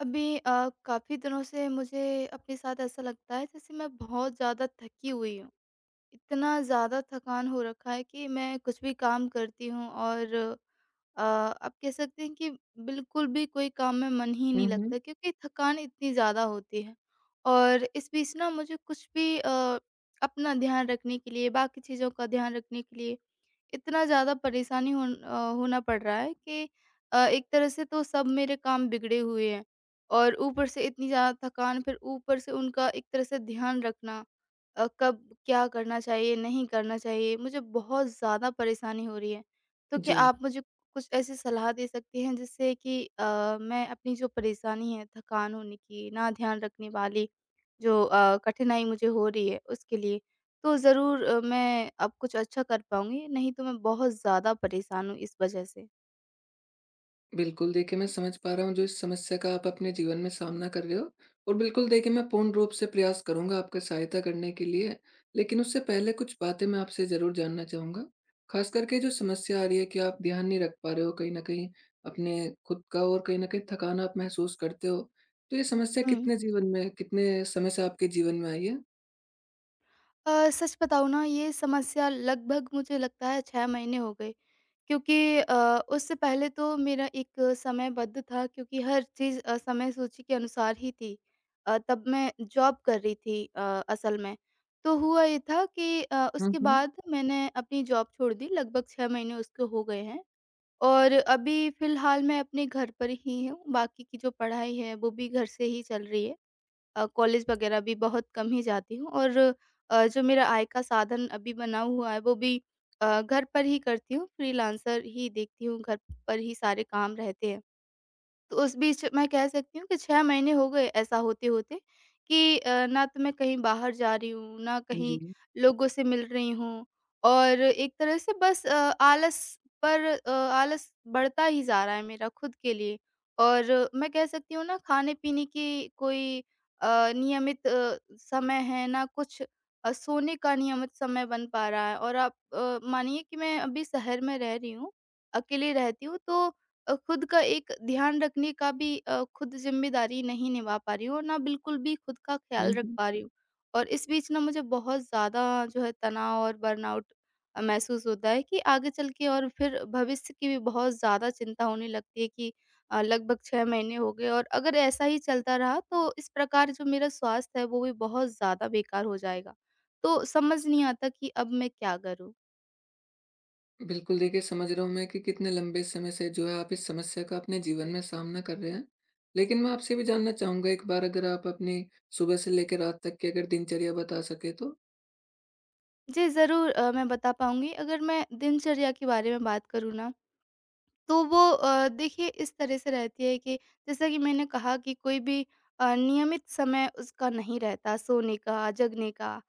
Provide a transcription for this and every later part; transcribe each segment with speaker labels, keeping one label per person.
Speaker 1: अभी काफ़ी दिनों से मुझे अपने साथ ऐसा लगता है जैसे मैं बहुत ज़्यादा थकी हुई हूँ। इतना ज़्यादा थकान हो रखा है कि मैं कुछ भी काम करती हूँ और आप कह सकते हैं कि बिल्कुल भी कोई काम में मन ही
Speaker 2: हुँ,
Speaker 1: नहीं
Speaker 2: हुँ।
Speaker 1: लगता क्योंकि थकान इतनी ज़्यादा होती है। और इस बीच ना मुझे कुछ भी अपना ध्यान रखने के लिए, बाकी चीज़ों का ध्यान रखने के लिए इतना ज़्यादा परेशानी होना पड़ रहा है कि एक तरह से तो सब मेरे काम बिगड़े हुए हैं और ऊपर से इतनी ज़्यादा थकान, फिर ऊपर से उनका एक तरह से ध्यान रखना, कब क्या करना चाहिए, नहीं करना चाहिए, मुझे बहुत ज़्यादा परेशानी हो रही है। तो क्या
Speaker 2: जी,
Speaker 1: आप मुझे कुछ ऐसी सलाह दे सकती हैं जिससे कि मैं अपनी जो परेशानी है, थकान होने की, ना ध्यान रखने वाली जो कठिनाई मुझे हो रही है, उसके लिए तो ज़रूर मैं अब कुछ अच्छा कर पाऊँगी, नहीं तो मैं बहुत ज़्यादा परेशान हूँ इस वजह से।
Speaker 2: बिल्कुल देखिए, मैं समझ पा रहा हूँ जो इस समस्या का आप अपने जीवन में सामना कर रहे हो। और बिल्कुल देखिए, मैं पूर्ण रूप से प्रयास करूँगा आपकी सहायता करने के लिए। लेकिन उससे पहले कुछ बातें मैं आपसे ज़रूर जानना चाहूँगा। ख़ास करके जो समस्या आ रही है कि आप ध्यान नहीं रख पा रहे हो कहीं न कहीं अपने खुद का, और कहीं न कहीं थकान आप महसूस करते हो। तो ये समस्या
Speaker 1: हुँ।
Speaker 2: कितने समय से आपके जीवन में आई है?
Speaker 1: सच बताऊँ ना ये समस्या लगभग मुझे लगता है 6 महीने हो गए क्योंकि उससे पहले तो मेरा एक समयबद्ध था क्योंकि हर चीज़ समय सूची के अनुसार ही थी। तब मैं जॉब कर रही थी, असल में। तो हुआ ये था कि
Speaker 2: हुँ,
Speaker 1: उसके
Speaker 2: हुँ।
Speaker 1: बाद मैंने अपनी जॉब छोड़ दी लगभग 6 महीने उसके हो गए हैं। और अभी फ़िलहाल मैं अपने घर पर ही हूँ, बाकी की जो पढ़ाई है वो भी घर से ही चल रही है। कॉलेज वग़ैरह भी बहुत कम ही जाती हूँ और जो मेरा आय का साधन अभी बना हुआ है वो भी घर पर ही करती हूँ, फ्रीलांसर ही देखती हूँ, घर पर ही सारे काम रहते हैं। तो उस बीच मैं कह सकती हूँ कि 6 महीने हो गए ऐसा होते-होते कि ना तो मैं कहीं बाहर जा रही हूँ, ना कहीं
Speaker 2: जी।
Speaker 1: लोगों से मिल रही हूँ और एक तरह से बस आलस आलस बढ़ता ही जा रहा है मेरा खुद के लिए। और मैं कह सकती हूँ ना खाने-पीने की कोई अ, नियमित समय है, ना कुछ सोने का नियमित समय बन पा रहा है और आप मानिए कि मैं अभी शहर में रह रही हूँ, अकेले रहती हूँ तो खुद का एक ध्यान रखने का भी खुद ज़िम्मेदारी नहीं निभा पा रही हूँ और ना बिल्कुल भी खुद का
Speaker 2: हुँ,
Speaker 1: ख़्याल रख
Speaker 2: हुँ।
Speaker 1: पा रही हूँ। और इस बीच ना मुझे बहुत ज़्यादा जो है तनाव और बर्नआउट महसूस होता है कि आगे चल के, और फिर भविष्य की भी बहुत ज़्यादा चिंता होने लगती है कि लगभग 6 महीने हो गए और अगर ऐसा ही चलता रहा तो इस प्रकार जो मेरा स्वास्थ्य है वो भी बहुत ज़्यादा बेकार हो जाएगा। तो समझ नहीं आता कि अब मैं क्या करूँ?
Speaker 2: बिल्कुल, देखिए समझ रहा हूँ मैं कि कितने लंबे समय से जो है आप इस समस्या का अपने जीवन में सामना कर रहे हैं। लेकिन मैं आपसे भी जानना चाहूँगा एक बार, अगर आप अपनी सुबह से लेकर रात तक की अगर दिनचर्या बता सकें तो?
Speaker 1: जी, ज़रूर, मैं बता पाऊँगी। अगर मैं दिनचर्या के बारे में बात करूँ ना तो वो देखिए इस तरह से रहती है कि जैसा कि मैंने कहा कि कोई भी नियमित समय उसका नहीं रहता, सोने का, जगने का।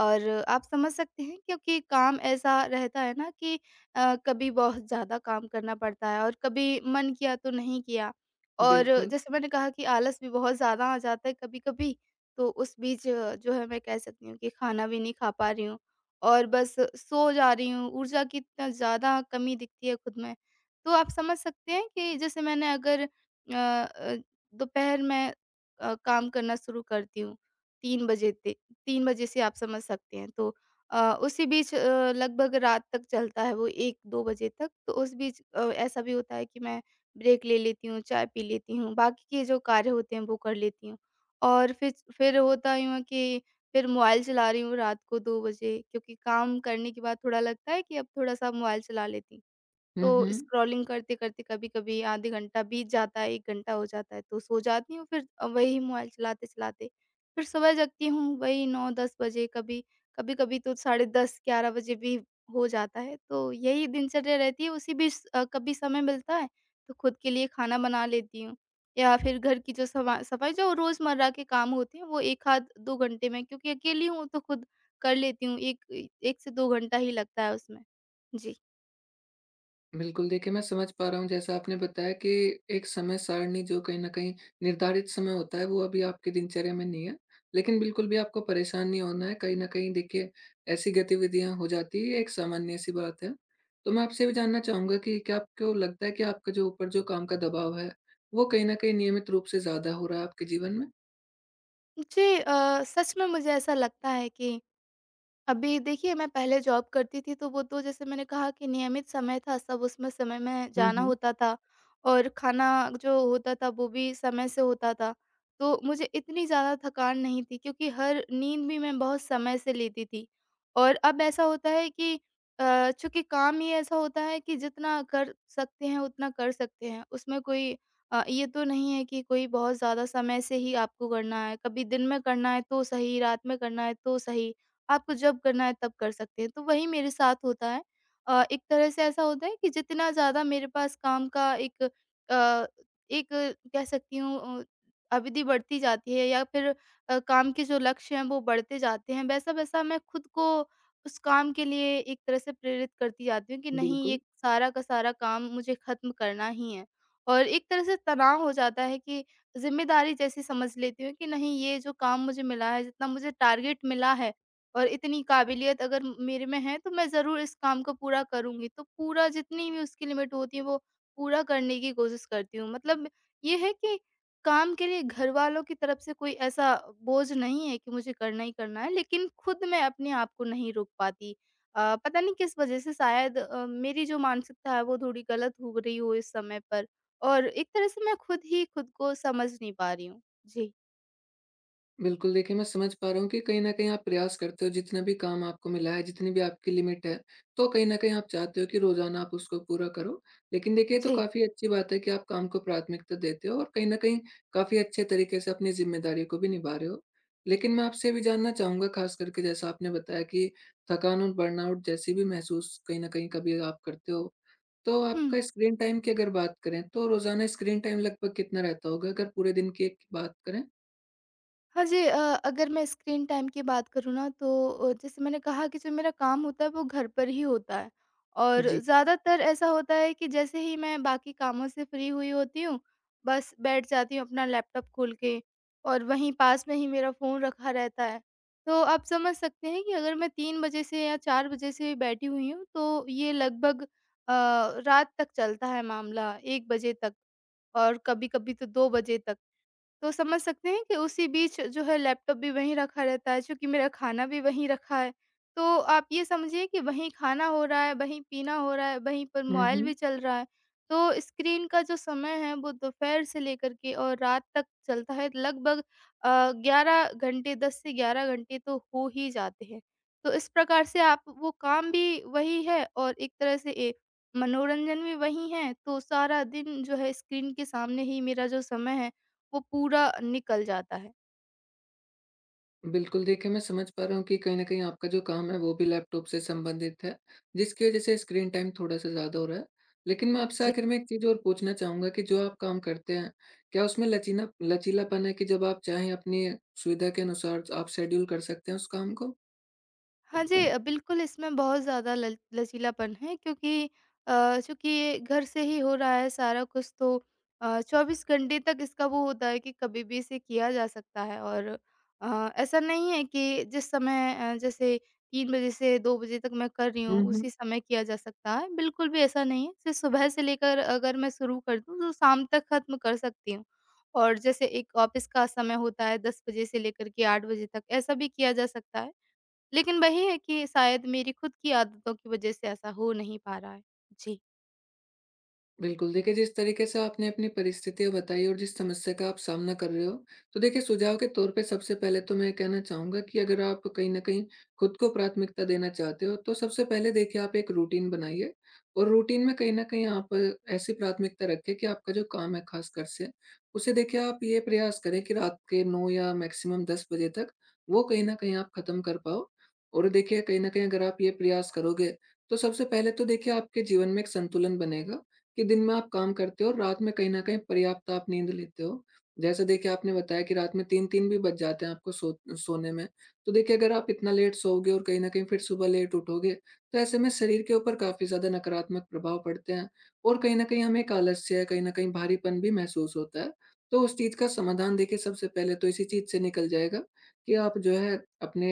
Speaker 1: और आप समझ सकते हैं क्योंकि काम ऐसा रहता है ना कि कभी बहुत ज़्यादा काम करना पड़ता है और कभी मन किया तो नहीं किया। और
Speaker 2: बिल्कुल।
Speaker 1: जैसे मैंने कहा कि आलस भी बहुत ज़्यादा आ जाता है कभी-कभी, तो उस बीच जो है मैं कह सकती हूँ कि खाना भी नहीं खा पा रही हूँ और बस सो जा रही हूँ, ऊर्जा की इतना ज़्यादा कमी दिखती है खुद में। तो आप समझ सकते हैं कि जैसे मैंने अगर दोपहर में काम करना शुरू करती हूँ 3 बजे ते 3 बजे से, आप समझ सकते हैं। तो अ, उसी बीच लगभग रात तक चलता है वो 1-2 बजे तक। तो उस बीच ऐसा भी होता है कि मैं ब्रेक ले लेती हूँ, चाय पी लेती हूँ, बाकी के जो कार्य होते हैं वो कर लेती हूँ। और फिर होता यूँ है कि फिर मोबाइल चला रही हूँ रात को 2 बजे क्योंकि काम करने के बाद थोड़ा लगता है कि अब थोड़ा-सा मोबाइल चला लेती हूँ।
Speaker 2: हुँ,
Speaker 1: तो
Speaker 2: हुँ।
Speaker 1: स्क्रॉलिंग करते-करते कभी-कभी आधे घंटा बीत जाता है, 1 घंटा हो जाता है तो सो जाती हूँ फिर वही मोबाइल चलाते-चलाते। फिर सुबह जगती हूँ वही 9-10 बजे, कभी कभी-कभी तो साढ़े 10-11 बजे भी हो जाता है। तो यही दिनचर्या रहती है, उसी बीच कभी समय मिलता है तो खुद के लिए खाना बना लेती हूँ या फिर घर की जो सवा सफाई जो रोज़मर्रा के काम होते हैं वो 1 आध 2 घंटे में, क्योंकि अकेली हूँ तो खुद कर लेती हूँ। 1 से 2 घंटा ही लगता है उसमें। जी।
Speaker 2: बिल्कुल, देखिए मैं समझ पा रहा हूँ जैसा आपने बताया कि एक समय सारणी जो कहीं न कहीं निर्धारित समय होता है, वो अभी आपकी दिनचर्या में नहीं है। लेकिन बिल्कुल भी आपको परेशान नहीं होना है, कहीं न कहीं देखिए ऐसी गतिविधियाँ हो जाती है, एक सामान्य-सी बात है। तो मैं आपसे ये भी जानना चाहूँगा कि क्या आपको लगता है कि आपका जो ऊपर जो काम का दबाव है, वो कहीं न कहीं नियमित रूप से ज़्यादा हो रहा है आपके जीवन में?
Speaker 1: जी, सच में मुझे ऐसा लगता है कि अभी देखिए मैं पहले जॉब करती थी तो वो तो जैसे मैंने कहा कि नियमित समय था, सब उसमें समय में
Speaker 2: हुँ,
Speaker 1: जाना
Speaker 2: हुँ।
Speaker 1: होता था और खाना जो होता था वो भी समय से होता था, तो मुझे इतनी ज़्यादा थकान नहीं थी क्योंकि हर नींद भी मैं बहुत समय से लेती थी। और अब ऐसा होता है कि चूंकि काम ही ऐसा होता है कि जितना कर सकते हैं उतना कर सकते हैं, उसमें कोई ये तो नहीं है कि कोई बहुत ज़्यादा समय से ही आपको करना है, कभी दिन में करना है तो सही, रात में करना है तो सही, आपको जब करना है तब कर सकते हैं। तो वही मेरे साथ होता है। एक तरह से ऐसा होता है कि जितना ज़्यादा मेरे पास काम का अ, एक कह सकती हूँ अ, अवधि बढ़ती जाती है या फिर काम के जो लक्ष्य हैं वो बढ़ते जाते हैं, वैसा-वैसा मैं खुद को उस काम के लिए एक तरह से प्रेरित करती जाती हूँ कि नहीं, ये
Speaker 2: बिल्कुल।
Speaker 1: सारा का सारा काम मुझे ख़त्म करना ही है। और एक तरह से तनाव हो जाता है कि ज़िम्मेदारी जैसी समझ लेती हूँ कि नहीं, ये जो काम मुझे मिला है, जितना मुझे टारगेट मिला है और इतनी काबिलियत अगर मेरे में है, तो मैं ज़रूर इस काम को पूरा करूँगी। तो पूरा जितनी भी उसकी लिमिट होती है वो पूरा करने की कोशिश करती हूँ। मतलब ये है कि काम के लिए घरवालों की तरफ से कोई ऐसा बोझ नहीं है कि मुझे करना ही करना है, लेकिन खुद मैं अपने आप को नहीं रोक पाती। पता नहीं किस वज़ह से, शायद मेरी जो मानसिकता है वो थोड़ी गलत हो रही हो इस समय पर, और एक तरह से मैं खुद ही खुद को समझ नहीं पा रही हूँ। जी।
Speaker 2: बिल्कुल, देखिए मैं समझ पा रहा हूँ कि कहीं न कहीं आप प्रयास करते हो जितना भी काम आपको मिला है, जितनी भी आपकी लिमिट है, तो कहीं न कहीं आप चाहते हो कि रोज़ाना आप उसको पूरा करो। लेकिन देखिए, ये तो
Speaker 1: जी।
Speaker 2: काफ़ी अच्छी बात है कि आप काम को प्राथमिकता देते हो और कहीं न कहीं काफ़ी अच्छे तरीके से अपनी ज़िम्मेदारी को भी निभा रहे हो। लेकिन मैं आपसे ये भी जानना चाहूँगा, ख़ास करके जैसा आपने बताया कि थकान और बर्नआउट जैसी भी महसूस कहीं न कहीं कभी आप करते हो। तो
Speaker 1: हुँ।
Speaker 2: आपका स्क्रीन टाइम की अगर बात करें, तो रोज़ाना स्क्रीन टाइम लगभग कितना रहता होगा अगर पूरे दिन की एक बात करें?
Speaker 1: हाँ जी, अगर मैं स्क्रीन टाइम की बात करूँ ना तो जैसे मैंने कहा कि जो मेरा काम होता है वो घर पर ही होता है और
Speaker 2: जी।
Speaker 1: ज़्यादातर ऐसा होता है कि जैसे ही मैं बाकी कामों से फ्री हुई होती हूँ बस बैठ जाती हूँ अपना लैपटॉप खोल के, और वहीं पास में ही मेरा फ़ोन रखा रहता है। तो आप समझ सकते हैं कि अगर मैं तीन बजे से या चार बजे से बैठी हुई हूँ, तो ये लगभग रात तक चलता है मामला, एक बजे तक और कभी कभी तो दो बजे तक। तो समझ सकते हैं कि उसी बीच जो है लैपटॉप भी वहीं रखा रहता है, चूँकि मेरा खाना भी वहीं रखा है। तो आप ये समझिए कि वहीं खाना हो रहा है, वहीं पीना हो रहा है, वहीं पर
Speaker 2: हुँ,
Speaker 1: मोबाइल भी
Speaker 2: हुँ।
Speaker 1: चल रहा है। तो स्क्रीन का जो समय है वो दोपहर से लेकर के और रात तक चलता है, लगभग अ, 11 घंटे 10 से 11 घंटे तो हो ही जाते हैं। तो इस प्रकार से आप वो काम भी वही है और एक तरह से ए मनोरंजन भी वही है, तो सारा दिन जो है स्क्रीन के सामने ही मेरा जो समय है वो पूरा निकल जाता है।
Speaker 2: बिल्कुल, देखिए मैं समझ पा रहा हूँ कि कहीं न कहीं आपका जो काम है वो भी लैपटॉप से संबंधित है, जिसकी वज़ह से स्क्रीन टाइम थोड़ा-सा ज़्यादा हो रहा है। लेकिन मैं आपसे आखिर में एक चीज़ और पूछना चाहूँगा कि जो आप काम करते हैं, क्या उसमें लचीना लचीलापन है कि जब आप चाहें अपनी सुविधा के अनुसार आप शेड्यूल कर सकते हैं उस काम को?
Speaker 1: हाँ जी, बिल्कुल इसमें बहुत ज़्यादा लल लचीलापन है क्योंकि चूँकि ये घर से ही हो रहा है सारा कुछ, तो 24 घंटे तक इसका वो होता है कि कभी भी इसे किया जा सकता है। और ऐसा नहीं है कि जिस समय, जैसे 3 बजे से 2 बजे तक मैं कर रही
Speaker 2: हुँ,
Speaker 1: हूँ उसी
Speaker 2: हुँ।
Speaker 1: समय किया जा सकता है, बिल्कुल भी ऐसा नहीं है। इसे सुबह से लेकर अगर मैं शुरू कर दूँ तो शाम तक ख़त्म कर सकती हूँ, और जैसे एक ऑफ़िस का समय होता है 10 बजे से लेकर के 8 बजे तक, ऐसा भी किया जा सकता है। लेकिन वही है कि शायद मेरी खुद की आदतों की वजह से ऐसा हो नहीं पा रहा है। जी।
Speaker 2: बिल्कुल, देखिए जिस तरीके से आपने अपनी परिस्थितियाँ बताई और जिस समस्या का आप सामना कर रहे हो, तो देखिए सुझाव के तौर पे सबसे पहले तो मैं कहना चाहूँगा कि अगर आप कहीं न कहीं खुद को प्राथमिकता देना चाहते हो, तो सबसे पहले देखिए आप एक रूटीन बनाइए। और रूटीन में कहीं न कहीं आप ऐसी प्राथमिकता रखें कि आपका जो काम है ख़ासकर से, उसे देखिए आप ये प्रयास करें कि रात के 9 या मैक्सिमम 10 बजे तक वो कहीं न कहीं आप ख़त्म कर पाओ। और देखिए कहीं न कहीं अगर आप ये प्रयास करोगे, तो सबसे पहले तो देखिए आपके जीवन में एक संतुलन बनेगा कि दिन में आप काम करते हो और रात में कहीं न कहीं पर्याप्त आप नींद लेते हो। जैसे देखिए, आपने बताया कि रात में 3-3 भी बज जाते हैं आपको सोने में। तो देखिए, अगर आप इतना लेट सोओगे और कहीं न कहीं फिर सुबह लेट उठोगे, तो ऐसे में शरीर के ऊपर काफ़ी ज़्यादा नकारात्मक प्रभाव पड़ते हैं और कहीं न कहीं हमें एक आलस्य, कहीं न कहीं भारीपन भी महसूस होता है। तो उस चीज़ का समाधान देखिए सबसे पहले तो इसी चीज़ से निकल जाएगा कि आप जो है अपने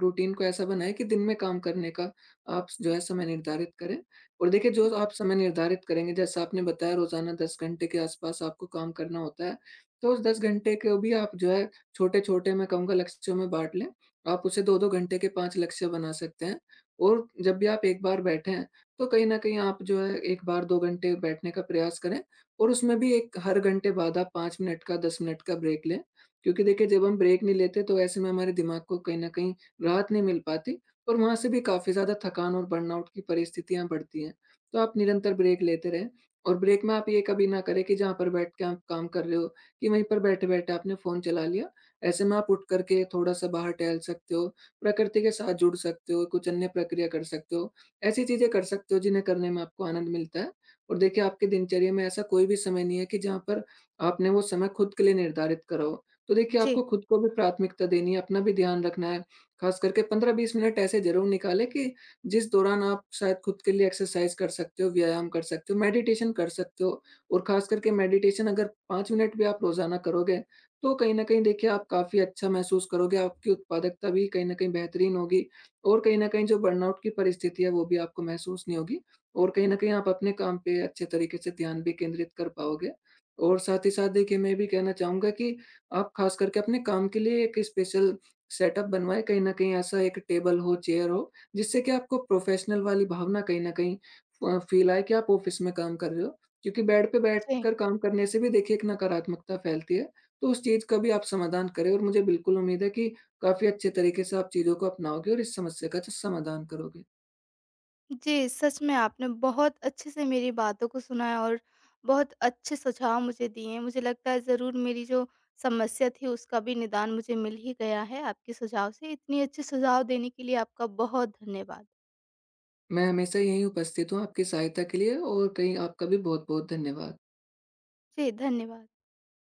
Speaker 2: रूटीन को ऐसा बनाएँ कि दिन में काम करने का आप जो है समय निर्धारित करें। और देखिए जो
Speaker 1: जी,
Speaker 2: आप समय निर्धारित करेंगे, जैसा आपने बताया रोज़ाना 10 घंटे के आस-पास आपको काम करना होता है, तो उस 10 घंटे को भी आप जो है छोटे-छोटे, मैं कहूँगा, लक्ष्यों में बाँट लें। आप उसे 2-2 घंटे के 5 लक्ष्य बना सकते हैं, और जब भी आप एक बार बैठें, तो कहीं न कहीं आप जो है 1 बार 2 घंटे बैठने का प्रयास करें और उसमें भी एक हर घंटे बाद आप 5 मिनट का 10 मिनट का ब्रेक लें। क्योंकि देखिए, जब हम ब्रेक नहीं लेते तो ऐसे में हमारे दिमाग को कहीं न कहीं राहत नहीं मिल पाती और वहाँ से भी काफ़ी ज़्यादा थकान और बर्नआउट की परिस्थितियाँ बढ़ती हैं। तो आप निरंतर ब्रेक लेते रहें, और ब्रेक में आप ये कभी ना करें कि जहाँ पर बैठ के आप काम कर रहे हो, कि वहीं पर बैठे-बैठे आपने फ़ोन चला लिया। ऐसे में आप उठ कर के थोड़ा-सा बाहर टहल सकते हो, प्रकृति के साथ जुड़ सकते हो, कुछ अन्य प्रक्रिया कर सकते हो। ऐसी चीज़ें कर सकते हो जिन्हें करने में आपको आनंद मिलता है। और देखिए, आपकी दिनचर्या में ऐसा कोई भी समय नहीं है कि जहाँ पर आपने वो समय खुद के लिए निर्धारित करा हो। तो देखिए,
Speaker 1: जी, जी।
Speaker 2: आपको खुद को भी प्राथमिकता देनी है, अपना भी ध्यान रखना है। ख़ास करके 15-20 मिनट ऐसे ज़रूर निकालें कि जिस दौरान आप शायद खुद के लिए एक्सरसाइज कर सकते हो, व्यायाम कर सकते हो, मेडिटेशन कर सकते हो। और ख़ास करके मेडिटेशन, अगर 5 मिनट भी आप रोज़ाना करोगे, तो कहीं न कहीं देखिए आप काफ़ी अच्छा महसूस करोगे, आपकी उत्पादकता भी कहीं न कहीं बेहतरीन होगी, और कहीं न कहीं जो बर्नआउट की परिस्थिति है, वो भी आपको महसूस नहीं होगी, और कहीं न कहीं आप अपने काम पे अच्छे तरीके से ध्यान भी केंद्रित कर पाओगे। और साथ ही साथ देखिए, मैं ये भी कहना चाहूँगा कि आप ख़ास करके अपने काम के लिए एक स्पेशल सेटअप बनवाएँ, कहीं न कहीं ऐसा एक टेबल हो, चेयर हो, जिससे कि आपको प्रोफेशनल वाली भावना कहीं न कहीं फ फ़ील आए कि आप ऑफ़िस में काम कर रहे हो। क्योंकि बेड पे बैठकर काम करने से भी देखिए एक नकारात्मकता फैलती है। तो उस चीज़ का भी आप समाधान करें, और मुझे बिल्कुल उम्मीद है कि काफ़ी अच्छे तरीके से आप चीज़ों को अपनाओगे और इस समस्या का जो समाधान करोगे।
Speaker 1: जी, सच में आपने बहुत अच्छे से मेरी बातों को सुना है और बहुत अच्छे सुझाव मुझे दिए हैं। मुझे लगता है ज़रूर मेरी जो समस्या थी उसका भी निदान मुझे मिल ही गया है आपके सुझाव से। इतनी अच्छे सुझाव देने के लिए आपका बहुत धन्यवाद।
Speaker 2: मैं हमेशा यहीं उपस्थित हूँ आपकी सहायता के लिए, और कहीं आपका भी बहुत-बहुत धन्यवाद।
Speaker 1: जी, धन्यवाद।